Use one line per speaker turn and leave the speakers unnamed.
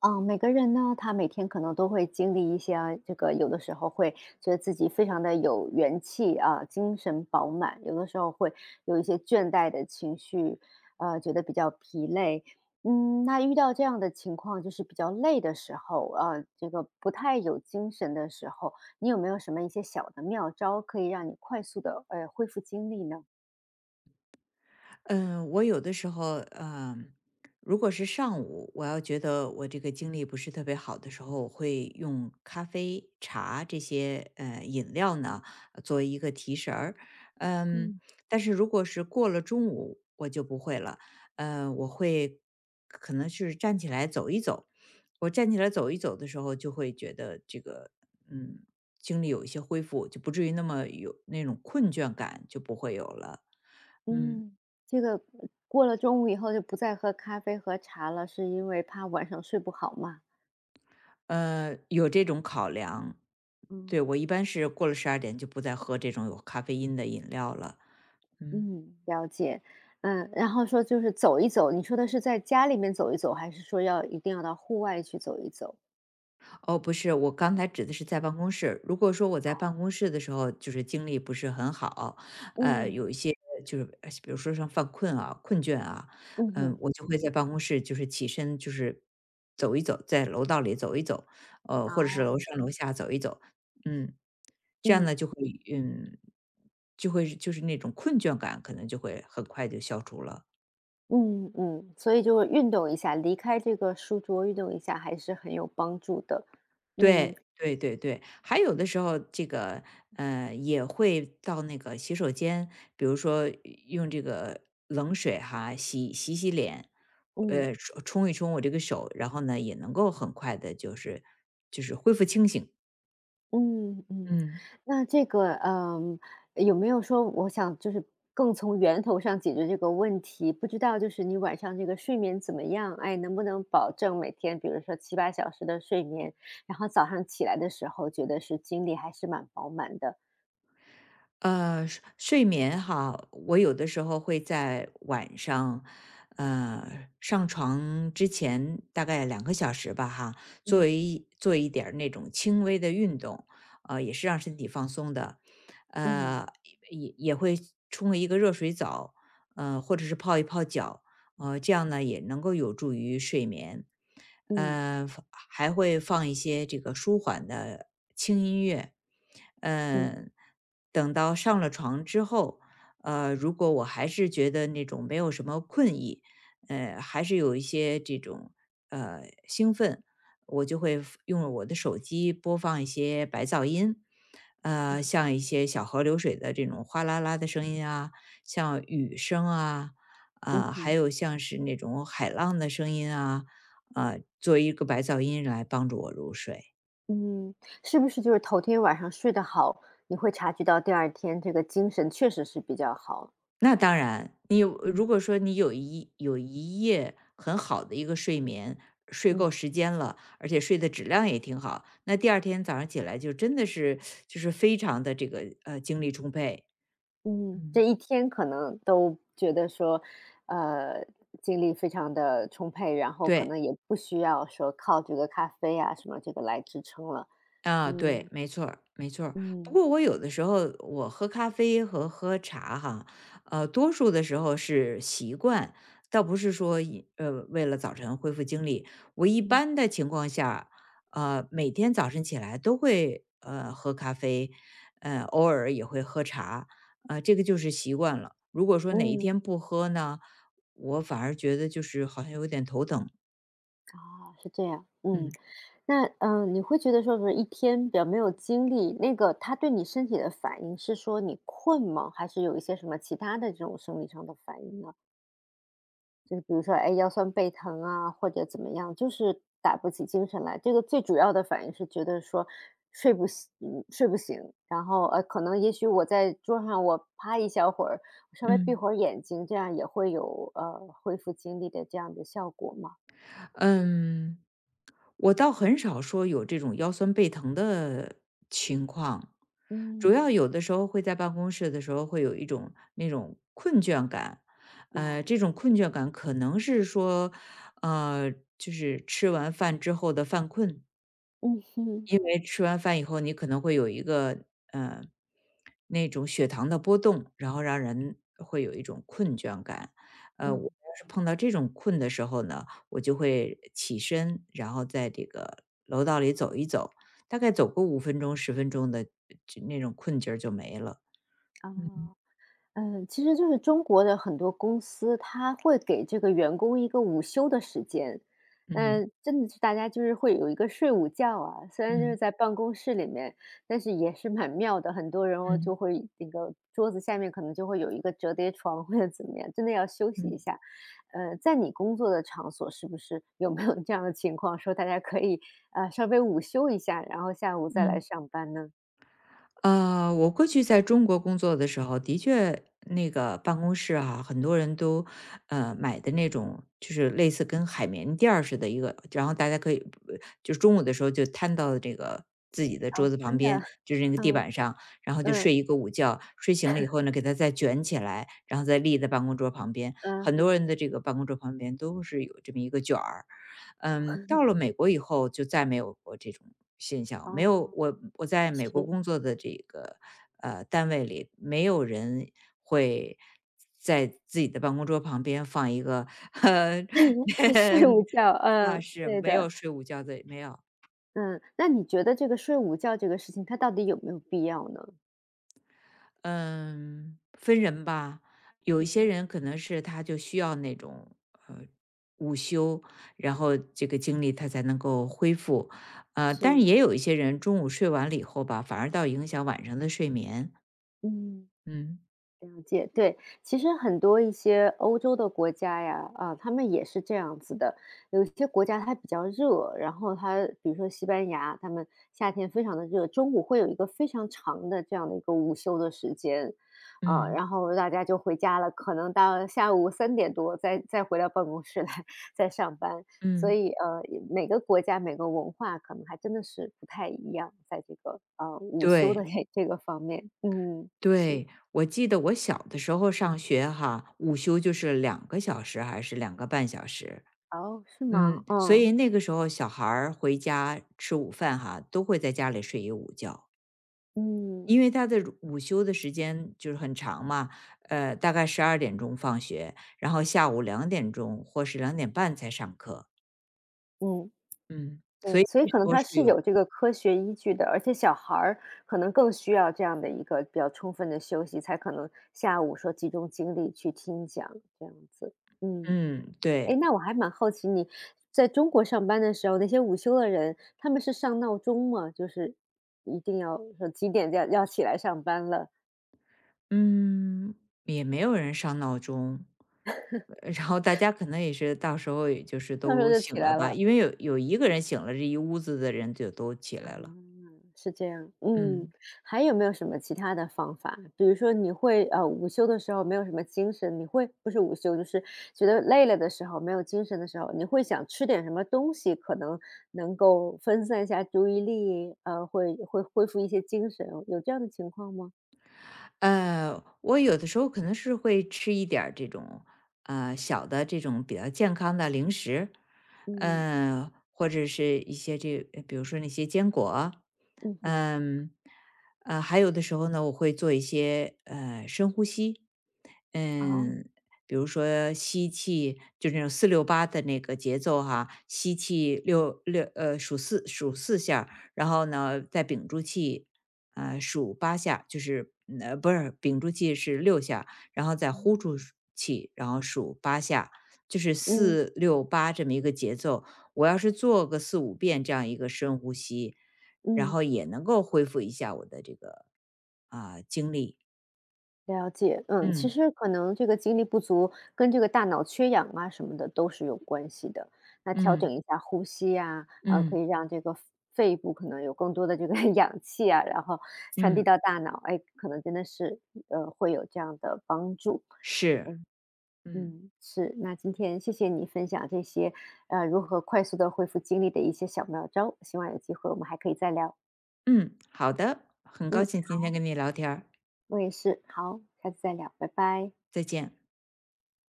嗯，每个人呢，他每天可能都会经历一些啊有的时候会觉得自己非常的有元气啊，精神饱满；有的时候会有一些倦怠的情绪，觉得比较疲累。嗯，那遇到这样的情况，就是比较累的时候，啊，这个不太有精神的时候，你有没有什么一些小的妙招，可以让你快速的恢复精力呢？
嗯，我有的时候，如果是上午，我要觉得我这个精力不是特别好的时候，我会用咖啡、茶这些饮料呢，作为一个提神儿。嗯，
嗯。
但是如果是过了中午，我就不会了。我会可能是站起来走一走。我站起来走一走的时候，就会觉得这个，嗯，精力有一些恢复，就不至于那么有那种困倦感，就不会有了。嗯。
嗯，这个过了中午以后就不再喝咖啡和茶了，是因为怕晚上睡不好吗？
有这种考量。对，
嗯。
我一般是过了十二点就不再喝这种有咖啡因的饮料了。嗯。
嗯，了解。嗯，然后说就是走一走，你说的是在家里面走一走，还是说要一定要到户外去走一走？
哦，不是，我刚才指的是在办公室。如果说我在办公室的时候，就是精力不是很好，
嗯。
有一些就是比如说像犯困啊、困倦啊，
嗯哼，
我就会在办公室就是起身就是走一走，在楼道里走一走，或者是
哦。
楼上楼下走一走，嗯，
嗯，嗯
这样
嗯哼好，
呢就会嗯，就会就是那种困倦感可能就会很快就消除了。
嗯嗯嗯所以就是运动一下，离开这个书桌运动一下还是很有帮助的。嗯，
对对对对，还有的
嗯。
时候这个也会到那个洗手间，比如说用这个冷水哈洗脸，
嗯。
冲一冲我这个手，然后呢也能够很快的就是恢复清醒。
嗯嗯，
嗯。
那这个，嗯，有没有说我想就是更从源头上解决这个问题？不知道就是你晚上这个睡眠怎么样？哎，能不能保证每天比如说七八小时的睡眠，然后早上起来的时候觉得是精力还是蛮饱满的？
睡眠哈，我有的时候会在晚上，上床之前大概两个小时吧，哈，
嗯
做一点儿那种轻微的运动，也是让身体放松的，
嗯
呃，也会冲一个热水澡，或者是泡一泡脚，这样呢也能够有助于睡眠。
嗯
还会放一些这个舒缓的轻音乐。
嗯
呃，等到上了床之后，如果我还是觉得那种没有什么困意，还是有一些这种呃兴奋，我就会 用我的手机播放一些白噪音，像一些小河流水的这种哗啦啦的声音啊，像雨声啊，
嗯
啊，还
哼
有像是那种海浪的声音啊，啊，做一个白噪音来帮助我入睡。
嗯，是不是就是头天晚上睡得好，你会察觉到第二天这个精神确实是比较好？
那当然，如果
嗯
说你有一夜很好的一个睡眠，睡够
嗯。
时间了，而且睡的质量也挺好，那第二天早上起来就真的是非常的这个精力充沛。
嗯，这
嗯。
一天可能都觉得说，呃，精力非常的充沛，然后可
对，
能也不需要说靠这个咖啡啊什么这个来支撑了。
啊，对，
嗯，
没错儿没错儿。不
嗯，
过我有的时候我喝咖啡和喝茶哈，多数的时候是习惯，倒不是说为了早晨恢复精力。我一
嗯，
般的情况下，每天早晨起来都会喝咖啡，偶尔也会喝茶，这个就是习惯了。如果说哪一
嗯，
天不喝呢，我反而觉得就是好像有点头疼。
啊，是这样，嗯。
嗯
那，嗯，你会觉得说是一天比较没有精力，那个它对你身体的反应是说你困吗？还是有一些什么其他的这种生理上的反应呢？就是比如说，哎，腰酸背疼啊，或者怎么样，就是打不起精神来。这个最主要的反应是觉得说睡不醒，嗯睡不醒。然后可能也许我在桌上我趴一小会儿，稍微闭
嗯。
会儿眼睛，这样也会有恢复精力的这样的效果嘛。
嗯，我倒很少说有这种腰酸背疼的情况，主要
嗯。
有的时候会在办公室的时候会有一种那种困倦感，
那
这种困倦感可能是说，呃，就是吃完饭之后的犯困，
嗯哼
因为吃完饭以后，你可能会有一个呃那种血糖的波动，然后让人会有一种困倦感。我
嗯
要是碰到这种困的时候呢，我就会起身，然后在这个楼道里走一走，大概走个5分钟、10分钟的，就那种困劲儿就没了。
啊。
嗯
嗯，其实就是中国的很多公司，它会给这个员工一个午休的时间。
嗯
嗯，真的是大家就是会有一个睡午觉啊，虽然就是
嗯
在办公室里面，但是也是蛮妙的。很多人哦就
嗯
会那个桌子下面可能就会有一个折叠床或者怎么样，真的要休息一
嗯
下。在你工作的场所是不是有没有这样的情况，说大家可以稍微午休一下，然后下午再来
嗯。
上班呢？
我过去在中国工作的时候，的确那个办公室啊，很多人都买的那种，就是类似跟海绵垫儿似的一个，然后大家可以就中午的时候就摊到这个自己的
啊，
桌子旁
真的，
边，就是那个地
嗯
板上，然后就
嗯
睡一个午觉，睡醒了以后呢，给它再卷起来，然后再立在办公桌旁边。
嗯
很多
嗯，
人的这个办公桌旁边都是有这么一个卷儿，到了美国以后就再没有过这种现象，没有，
哦。
我在美国
是，
工作的这个单位里，没有人会在自己的办公桌旁边放一个 呃
睡午觉，
啊，
嗯，
是
对
没
的，
有睡午觉的，没有。
嗯，那你觉得这个睡午觉这个事情，它到底有没有必要呢？
嗯，分人吧，有一些
嗯，
人可能是他就需要那种呃午休，然后这个精力他才能够恢复，但是
是，
也有一些人中午睡完了以后吧，反而倒影响晚上的睡眠。
嗯。
嗯
了解，对，其实很多一些欧洲的国家呀，啊，他们也是这样子的。有一些国家它比较热，然后它比如说西班牙，他们夏天非常的热，中午会有一个非常长的这样的一个午休的时间，啊，
嗯
然后大家就回家了，可能到下午三点多再回到办公室来 再上班。所
嗯，
以呃，也每个国家每个文化可能还真的是不太一样，在这个午休
对
的这个方面，嗯，是。
对，我记得我小的时候上学哈，午休就是两个小时还是2个半小时。
哦，是吗？
所
嗯，
以那个时候小孩儿回家吃午饭哈，都会在家里睡一午觉。
嗯，
因为他的午休的时间就是很长嘛，大概12点钟放学，然后下午2点钟或是2点半才上课。
嗯，
嗯，所
对，
以
所以
那时
可能
候
它
是
是有
有
这个科学依据的，而且小孩儿可能更需要这样的一个比较充分的休息，才可能下午说集中精力去听讲这样子。嗯，
嗯，
哎，
对。
那我还蛮好奇你在中国上班的时候，那些午休的人，他们是上闹钟吗？就是一定要说几点要起来上班了，
嗯，也没有人上闹钟，然后大家可能也是到时候也就是
到时候
都
就
醒
起
了
来
吧，
了。
因为有一个人醒了，这一屋子的人就都起
啊，
来了。
是这样，嗯，
嗯。
还有没有什么其他的方法？比如说你会午休的时候没有什么精神，你会不是午休，就是觉得累了的时候，没有精神的时候，你会想吃点什么东西，可能能够分散一下注意力，会恢复一些精神，有这样的情况吗？
我有的时候可能是会吃一点儿这种小的这种比较健康的零食，
嗯，
或者是一些比如说那些坚果。
嗯哼，
嗯。还有的时候呢，我会做一些深呼吸。
哦，嗯嗯哼好
嗯，比如说吸气，就那种四六八的那个节奏哈，吸气数四下儿，然后呢再屏住气，数八下，就是不是屏住气是6下，然后再呼出气，然后数八下，就是
嗯
四六八这么一个节奏。我要是做个四五遍这样一个深呼吸，然
嗯
后也能够恢复一下我的这个精力。
了解，嗯，其
嗯
实可能这个精力不足跟这个大脑缺氧啊什么的都是有关系的。那调
嗯
整一下呼吸呀，啊，可
嗯
以让这个肺部可能有更多的这个 氧气啊，然后传递
嗯
到大脑，哎，可能真的是会有这样的帮助。
是，嗯。
嗯，是。那今天谢谢你分享这些如何快速的恢复精力的一些小妙招，希望有机会我们还可以再聊。
嗯，好的，很高
嗯，
兴今天跟你聊天儿，
我也是。好，下次再聊，拜拜。
再见。